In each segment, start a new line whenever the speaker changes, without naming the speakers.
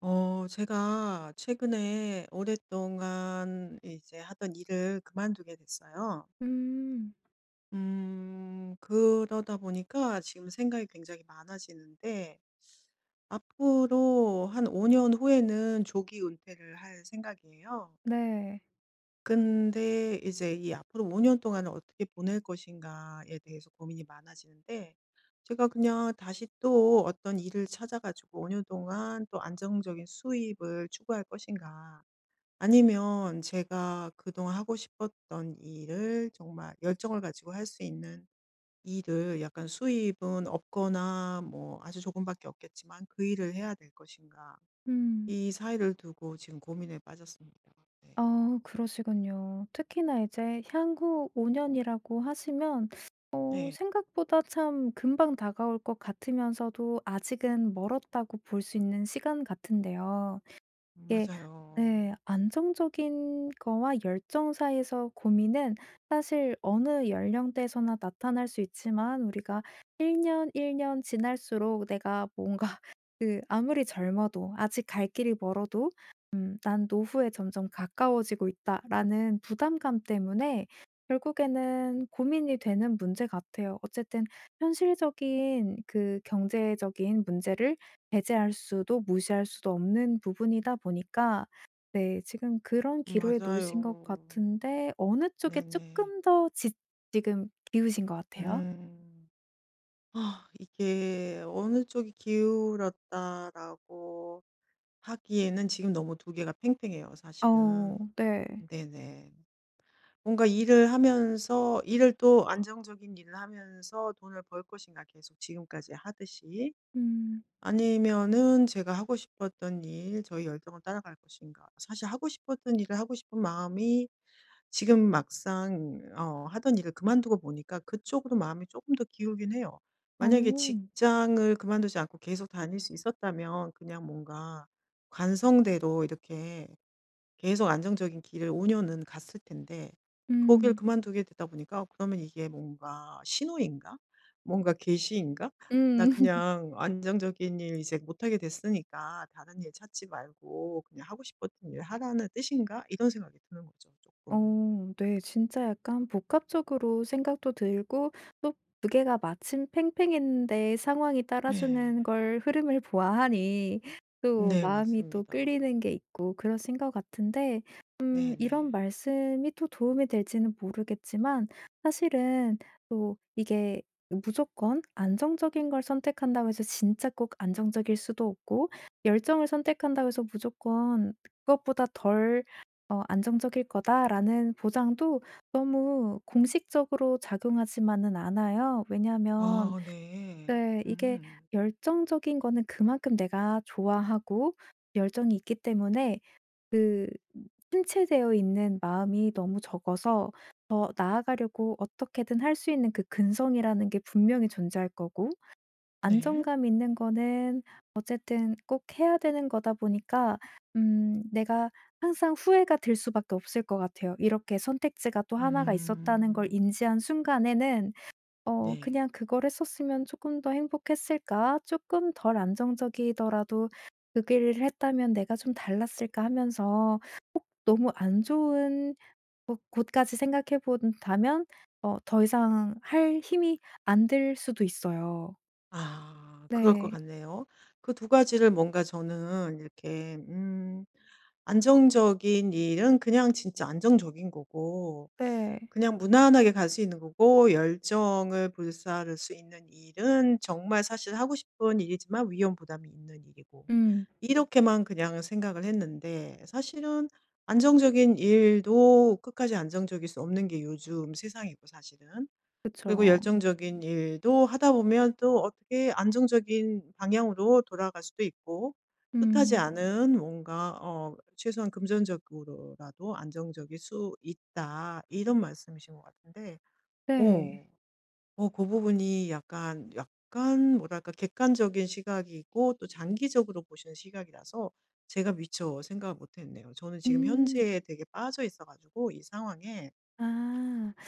제가 최근에 오랫동안 이제 하던 일을 그만두게 됐어요.
음.
그러다 보니까 지금 생각이 굉장히 많아지는데, 앞으로 한 5년 후에는 조기 은퇴를 할 생각이에요.
네.
근데 이제 이 앞으로 5년 동안을 어떻게 보낼 것인가에 대해서 고민이 많아지는데, 제가 그냥 다시 또 어떤 일을 찾아가지고 5년 동안 또 안정적인 수입을 추구할 것인가, 아니면 제가 그동안 하고 싶었던 일을 정말 열정을 가지고 할 수 있는 일을 약간 수입은 없거나 뭐 아주 조금밖에 없겠지만 그 일을 해야 될 것인가.
음.
이 사이를 두고 지금 고민에 빠졌습니다. 네.
아 그러시군요. 특히나 이제 향후 5 년이라고 하시면
네.
생각보다 참 금방 다가올 것 같으면서도 아직은 멀었다고 볼 수 있는 시간 같은데요. 이게,
맞아요.
네, 안정적인 거와 열정 사이에서 고민은 사실 어느 연령대에서나 나타날 수 있지만 우리가 1년 1년 지날수록 내가 뭔가 그 아무리 젊어도 아직 갈 길이 멀어도 '난 노후에 점점 가까워지고 있다.'라는 부담감 때문에 결국에는 고민이 되는 문제 같아요. 어쨌든 현실적인 그 경제적인 문제를 배제할 수도 무시할 수도 없는 부분이다 보니까, 네, 지금 그런 기로에 놓이신 것
맞아요.
같은데 어느 쪽에
네네.
쪼끔 더 지 지금 기우신 것 같아요?
음. 아, 이게 어느 쪽이 기울었다라고 하기에는 지금 너무 두 개가 팽팽해요,
어
사실은.
네.
네네. 뭔가 일을 하면서 일을 또 안정적인 일을 하면서 돈을 벌 것인가 계속 지금까지 하듯이,
음.
아니면은 제가 하고 싶었던 일, 저희 열정을 따라갈 것인가. 사실 하고 싶었던 일을 하고 싶은 마음이 지금 막상 하던 일을 그만두고 보니까 그쪽으로 마음이 조금 더 기울긴 해요. 만약에
어.
직장을 그만두지 않고 계속 다닐 수 있었다면 그냥 뭔가 관성대로 이렇게 계속 안정적인 길을 5 년은 갔을 텐데, 거길
음.
그만두게 되다 보니까 '그러면 이게 뭔가 신호인가? 뭔가 계시인가? 나
음.
그냥 안정적인 일 이제 못하게 됐으니까 다른 일 찾지 말고 그냥 하고 싶었던 일 하라는 뜻인가?' 이런 생각이 드는 거죠, 조금은.
어 네. 진짜 약간 복합적으로 생각도 들고 또 두 개가 마침 팽팽했는데 상황이
네.
따라주는 걸 흐름을 보아하니 또
네
마음이 또
맞습니다.
끌리는 게 있고 그러신 것 같은데 이런
네네.
말씀이 또 도움이 될지는 모르겠지만 사실은 또 이게 무조건 안정적인 걸 선택한다고 해서 진짜 꼭 안정적일 수도 없고 열정을 선택한다고 해서 무조건 그것보다 덜 '안정적일 거다.'라는 보장도 너무 공식적으로 작용하지만은 않아요. 왜냐하면,
아 네.
네, 이게
음.
열정적인 거는 그만큼 내가 좋아하고 열정이 있기 때문에 그 침체되어 있는 마음이 너무 적어서 더 나아가려고 어떻게든 할 수 있는 그 근성이라는 게 분명히 존재할 거고
네.
안정감 있는 거는 어쨌든 꼭 해야 되는 거다 보니까 내가 항상 후회가 들 수밖에 없을 것 같아요. 이렇게 선택지가 또 하나가 있었다는 걸
음.
인지한 순간에는
네.
'그냥 그걸 했었으면 조금 더 행복했을까? 조금 덜 안정적이더라도 그 길을 했다면 내가 좀 달랐을까?' 하면서 너무 안 좋은 곳 곳까지 생각해 본다면 더 이상 할 힘이 안 들 수도 있어요.
아 그럴 것
네.
같네요. 그 두 가지를 뭔가 저는 이렇게 안정적인 일은 그냥 진짜 안정적인 거고
네.
그냥 무난하게 갈 수 있는 거고, 열정을 불사를 수 있는 일은 정말 사실 하고 싶은 일이지만 위험 부담이 있는 일이고,
음.
이렇게만 그냥 생각을 했는데 사실은 안정적인 일도 끝까지 안정적일 수 없는 게 요즘 세상이고, 사실은. 그리고
그쵸.
열정적인 일도 하다 보면 또 어떻게 안정적인 방향으로 돌아갈 수도 있고 뜻하지
음.
않은 뭔가 최소한 금전적으로라도 안정적일 수 있다. 이런 말씀이신 것 같은데.
네.
어. 그 부분이 약간 뭐랄까 객관적인 시각이고 또 장기적으로 보시는 시각이라서 제가 미처 생각을 못 했네요. 저는 지금
음.
현재에 되게 빠져 있어 가지고 이 상황에
아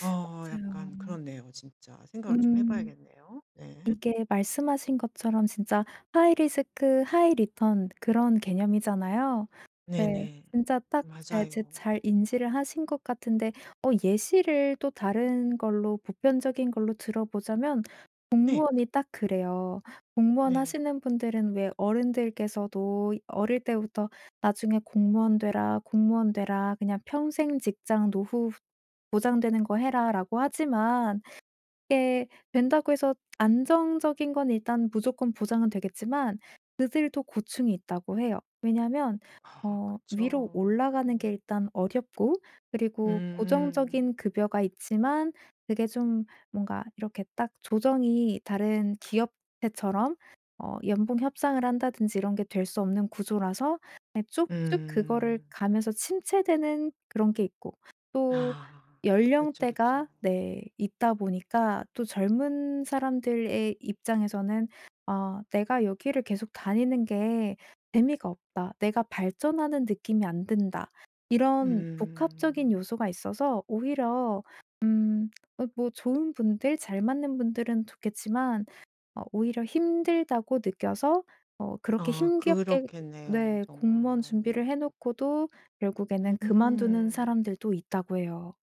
약간
맞아요.
그렇네요 진짜. 생각을 좀 해
음.
봐야겠네요. 네.
이게 말씀하신 것처럼 진짜 하이 리스크 하이 리턴 그런 개념이잖아요. 네.
네네.
진짜 딱, 예, 제
맞아요.
잘 인지를 하신 것 같은데 예시를 또 다른 걸로 보편적인 걸로 들어보자면
네.
공무원이 딱 그래요. 공무원
네.
하시는 분들은 왜 어른들께서도 어릴 때부터 "나중에 공무원 되라. 공무원 되라. 그냥 평생 직장 노후 보장되는 거 해라."라고 하지만 게 된다고 해서 안정적인 건 일단 무조건 보장은 되겠지만 그들도 고충이 있다고 해요. 왜냐하면
아
위로
그쵸.
올라가는 게 일단 어렵고 그리고
음.
고정적인 급여가 있지만 그게 좀 뭔가 이렇게 딱 조정이 다른 기업체처럼 연봉 협상을 한다든지 이런 게 될 수 없는 구조라서 그냥 쭉쭉 그거를
음.
가면서 침체되는 그런 게 있고 또
아 그쵸, 그쵸.
연령대가, 네, 있다 보니까 또 젊은 사람들의 입장에서는 '아 내가 여기를 계속 다니는 게 재미가 없다. 내가 발전하는 느낌이 안 든다.' 이런 복합적인
음.
요소가 있어서 오히려 음 뭐 좋은 분들 잘 맞는 분들은 좋겠지만 오히려 힘들다고 느껴서 그렇게
아
힘겹게,
그렇겠네요
네,
정말.
공무원
네.
준비를 해 놓고도 결국에는 그만두는
음.
사람들도 있다고 해요.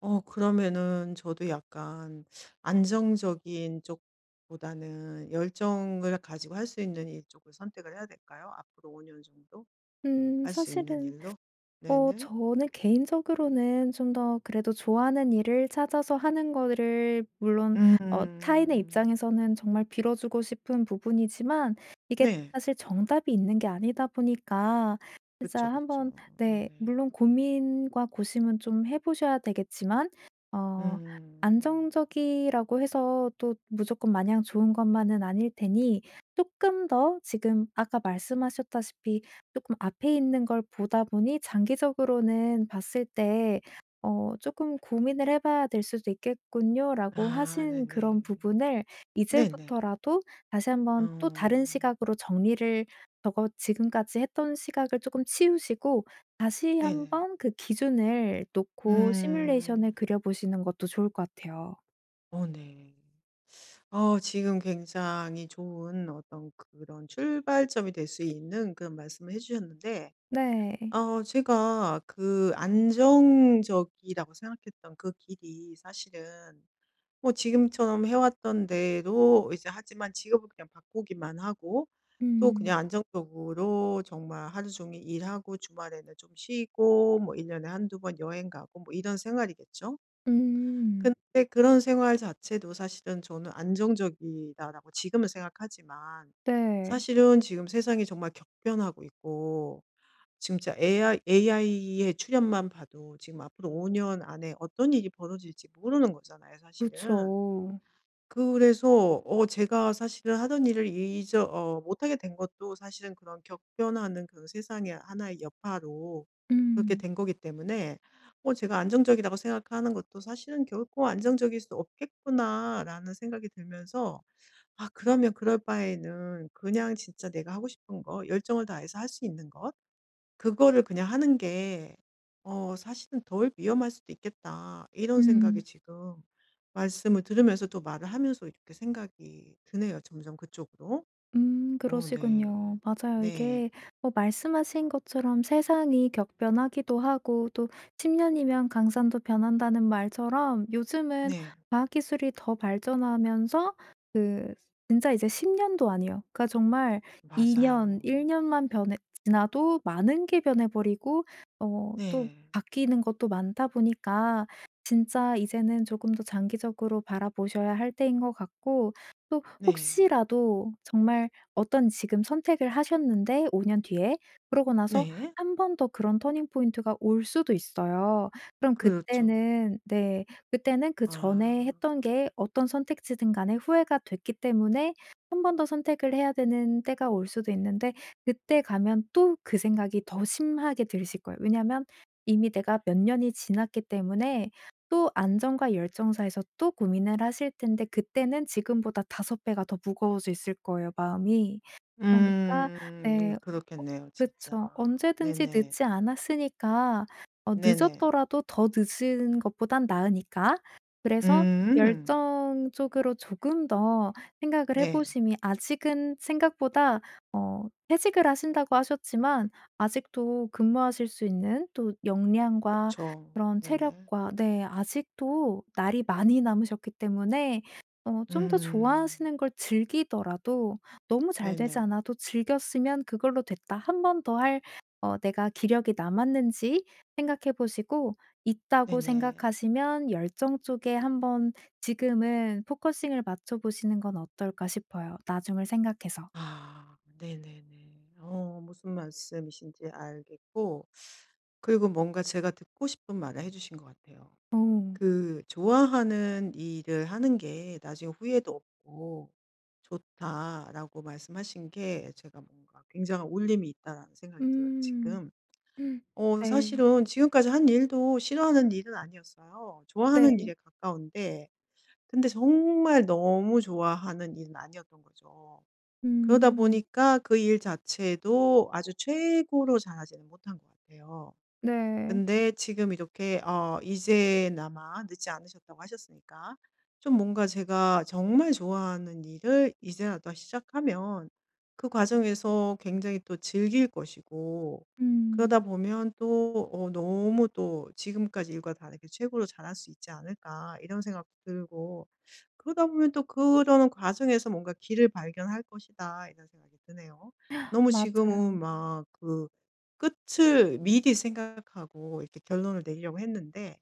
그러면은 저도 약간 안정적인 쪽보다는 열정을 가지고 할 수 있는 일 쪽을 선택을 해야 될까요? 앞으로 5년 정도 할 수 있는
사실은
일로? 네네.
저는 개인적으로는 좀 더 그래도 좋아하는 일을 찾아서 하는 거를 물론 타인의
음.
입장에서는 정말 빌어주고 싶은 부분이지만 이게
네.
사실 정답이 있는 게 아니다 보니까 진짜
그쵸,
한번,
그쵸.
네,
네네.
물론 고민과 고심은 좀 해 보셔야 되겠지만 어
음.
안정적이라고 해서 또 무조건 마냥 좋은 것만은 아닐 테니 조금 더 지금 아까 말씀하셨다시피 조금 앞에 있는 걸 보다 보니 장기적으로는 봤을 때 조금 고민을 해 봐야 될 수도 있겠군요."라고
아
하신 그런
네네.
부분을
네네.
이제부터라도 다시 한번 또
어.
다른 시각으로 정리를 저거 지금까지 했던 시각을 조금 치우시고 다시
네네.
한번 그 기준을 놓고 시뮬레이션을
음.
그려 보시는 것도 좋을 것 같아요.
어 네. 지금 굉장히 좋은 어떤 그런 출발점이 될 수 있는 그런 말씀을 해 주셨는데,
네.
제가 그 안정적이라고 생각했던 그 길이 사실은 뭐 지금처럼 해 왔던 대로 이제 하지만 직업을 그냥 바꾸기만 하고 또
음.
그냥 안정적으로 정말 하루 종일 일하고 주말에는 좀 쉬고 뭐 1 년에 한두 번 여행 가고 뭐 이런 생활이겠죠?
음.
근데 그런 생활 자체도 사실은 저는 '안정적이다.'라고 지금은 생각하지만,
네.
사실은 지금 세상이 정말 격변하고 있고, 진짜 AI 의 출현만 봐도 지금 앞으로 5년 안에 어떤 일이 벌어질지 모르는 거잖아요, 사실은.
그쵸.
그래서 제가 사실은 하던 일을 잊어 못하게 된 것도 사실은 그런 격변하는 그런 세상의 하나의 여파로 그렇게
음.
된 거기 때문에, 제가 안정적이라고 생각하는 것도 사실은 '결코 안정적일 수 없겠구나.'라는 생각이 들면서, '아 그러면 그럴 바에는 그냥 진짜 내가 하고 싶은 거, 열정을 다해서 할 수 있는 것, 그거를 그냥 하는 게 사실은 덜 위험할 수도 있겠다.' 이런 생각이
음.
지금 말씀을 들으면서 또 말을 하면서 이렇게 생각이 드네요, 점점 그쪽으로. 오 네.
그러시군요. 맞아요.
네.
이게 뭐 말씀하신 것처럼 세상이 격변하기도 하고 또 10 년이면 강산도 변한다는 말처럼 요즘은
네.
과학 기술이 더 발전하면서 그 진짜 이제 10 년도 아니에요. 그러니까 정말 2 년,
맞아요.
1 년만 변해 지나도 많은 게 변해 버리고 또
네.
바뀌는 것도 많다 보니까 진짜 이제는 조금 더 장기적으로 바라보셔야 할 때인 것 같고 또
네.
혹시라도 정말 어떤 지금 선택을 하셨는데 5년 뒤에 그러고 나서
네.
한 번 더 그런 터닝 포인트가 올 수도 있어요. 그럼
그렇죠.
그때는, 네, 그때는 그전에
아.
했던 게 어떤 선택지든 간에 후회가 됐기 때문에 한 번 더 선택을 해야 되는 때가 올 수도 있는데 그때 가면 또 그 생각이 더 심하게 드실 거예요. 왜냐하면 이미 내가 몇 년이 지났기 때문에 또 안정과 열정 사에서 또 고민을 하실 텐데 그때는 지금보다 5 배가 더 무거워져 있을 거예요 마음이. 그러니까 네.
음.
어
그렇겠네요 진짜.
그쵸. 언제든지
네네.
늦지 않았으니까
네네.
늦었더라도 더 늦은 것보단 나으니까. 그래서
음.
열정 쪽으로 조금 더 생각을 해
네.
보심이 아직은 생각보다 퇴직을 하신다고 하셨지만 아직도 근무하실 수 있는 또
그렇
역량과
죠
그런
네네.
체력과, 네, 아직도 날이 많이 남으셨기 때문에 좀 더
음.
좋아하시는 걸 즐기더라도 너무 잘 되지
네네.
않아도 즐겼으면 그걸로 됐다. 한 번 더 할 내가 기력이 남았는지 생각해 보시고 있다고
네네.
생각하시면 열정 쪽에 한 번 지금은 포커싱을 맞춰 보시는 건 어떨까 싶어요, 나중을 생각해서.
아 네네네. 무슨 말씀이신지 알겠고, 그리고 뭔가 제가 듣고 싶은 말을 해 주신 것 같아요.
어.
그 "좋아하는 일을 하는 게 나중에 후회도 없고 좋다."라고 말씀하신 게 제가 뭔가 굉장한 울림이 있다라는 생각이 들어요
음.
지금.
음. 네.
사실은 지금까지 한 일도 싫어하는 일은 아니었어요. 좋아하는
네.
일에 가까운데 근데 정말 너무 좋아하는 일은 아니었던 거죠. 그러다
음.
보니까 그 일 자체도 아주 최고로 잘하지는 못한 것 같아요.
네.
근데 지금 이렇게 이제나마 늦지 않으셨다고 하셨으니까, 좀 뭔가 제가 정말 좋아하는 일을 이제라도 시작하면 그 과정에서 굉장히 또 즐길 것이고,
음.
그러다 보면 또 너무 또 지금까지 일과 다르게 최고로 잘할 수 있지 않을까 이런 생각도 들고, 그러다 보면 또 그러는 과정에서 뭔가 길을 발견할 것이다, 이런 생각이 드네요. 너무
맞아요.
지금은 막그 끝을 미리 생각하고 이렇게 결론을 내리려고 했는데,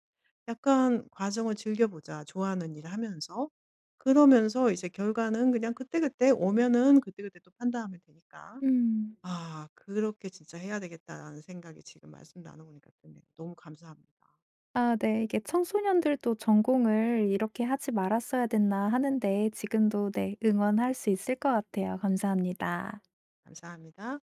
약간 '과정을 즐겨보자, 좋아하는 일을 하면서.' 그러면서 이제 결과는 그냥 그때그때 오면은 그때그때 또 판단하면 되니까,
음.
'아 그렇게 진짜 해야 되겠다.'라는 생각이 지금 말씀 나누고 보니까 드네요. 너무 감사합니다.
아
네.
네. 이게 '청소년들도 전공을 이렇게 하지 말았어야 됐나.' 하는데 지금도 네 응원할 수 있을 것 같아요. 감사합니다.
감사합니다.